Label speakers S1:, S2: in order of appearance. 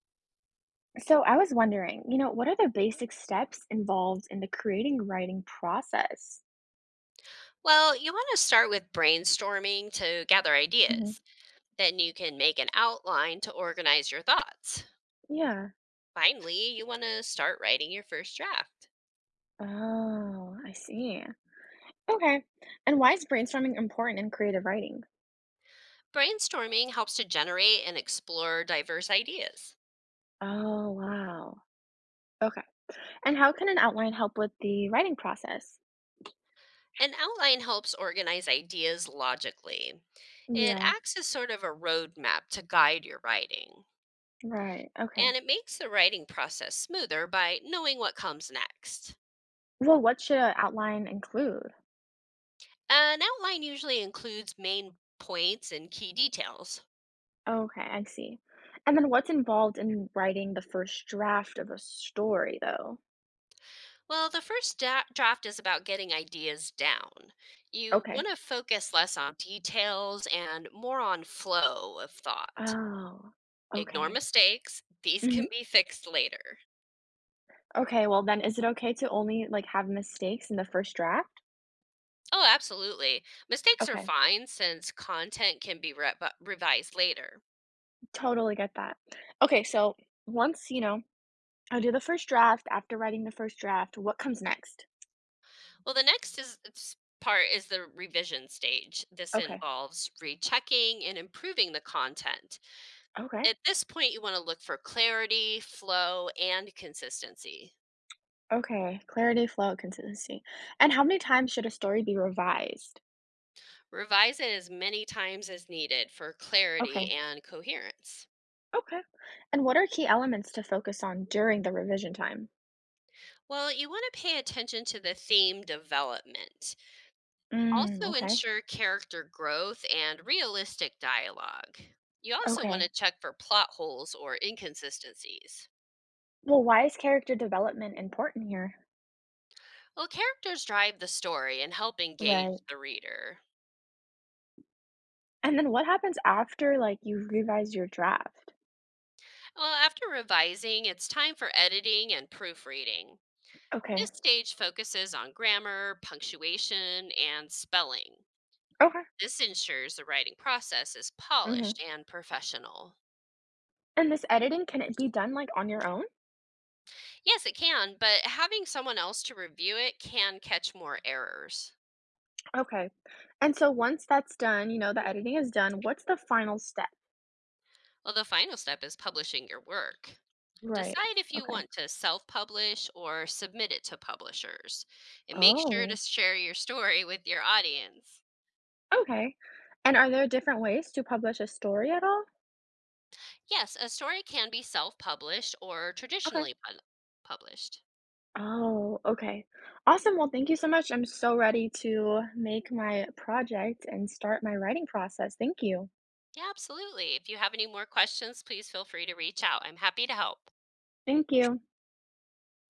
S1: So I was wondering, what are the basic steps involved in the creating writing process?
S2: Well, you want to start with brainstorming to gather
S1: Hmm.
S2: ideas. Then you can make an outline to organize your thoughts.
S1: Yeah.
S2: Finally, you want to start writing your first draft.
S1: Oh, I see. Okay. And why is brainstorming important in creative writing?
S2: Brainstorming helps to generate and explore diverse ideas.
S1: Oh, wow. Okay. And how can an outline help with the writing process?
S2: An outline helps organize ideas logically. It
S1: Yeah,
S2: acts as sort of a roadmap to guide your writing,
S1: right. Okay.
S2: and it makes the writing process smoother by knowing what comes next.
S1: Well, what should an outline include?
S2: An outline usually includes main points and key details.
S1: Okay, I see. And then what's involved in writing the first draft of a story, though?
S2: Well, the draft is about getting ideas down. You
S1: Okay.
S2: want to focus less on details and more on flow of thought.
S1: Oh,
S2: Ignore
S1: okay.
S2: mistakes, these can be fixed later.
S1: Okay, well then is it okay to only, like, have mistakes in the first draft?
S2: Oh, absolutely. Mistakes are
S1: Okay,
S2: fine since content can be revised later.
S1: totally get that. Okay, so once, you know, I do the first draft, after writing the first draft, what comes next?
S2: Well, the part is the revision stage. This
S1: Okay,
S2: involves rechecking and improving the content.
S1: okay,
S2: At this point, you want to look for clarity, flow, and consistency.
S1: okay, clarity, flow, consistency. And how many times should a story be revised?
S2: Revise it as many times as needed for clarity
S1: Okay,
S2: and coherence.
S1: okay. And what are key elements to focus on during the revision time?
S2: Well, you want to pay attention to the theme development.
S1: Mm,
S2: Also,
S1: okay,
S2: ensure character growth and realistic dialogue. You also want
S1: okay.
S2: to check for plot holes or inconsistencies.
S1: Well, why is character development important here?
S2: Well, characters drive the story and help engage
S1: Right.
S2: the reader.
S1: And then what happens after, like, you've revised your draft?
S2: Well, after revising, it's time for editing and proofreading.
S1: Okay.
S2: This stage focuses on grammar, punctuation, and spelling.
S1: Okay.
S2: This ensures the writing process is
S1: Mhm.
S2: polished and professional.
S1: And this editing, can it be done, like, on your own?
S2: Yes, it can, but having someone else to review it can catch more errors.
S1: Okay. And so once that's done, the editing is done, what's the final step?
S2: Well, the final step is publishing your work.
S1: Right.
S2: Decide if you
S1: Okay.
S2: want to self publish or submit it to publishers, and make sure to
S1: Oh,
S2: share your story with your audience.
S1: okay. And are there different ways to publish a story at all?
S2: Yes, a story can be self published or
S1: Okay.
S2: traditionally published.
S1: Oh, okay. Awesome. Well, thank you so much. I'm so ready to make my project and start my writing process. Thank you.
S2: Yeah, absolutely. If you have any more questions, please feel free to reach out. I'm happy to help.
S1: Thank you.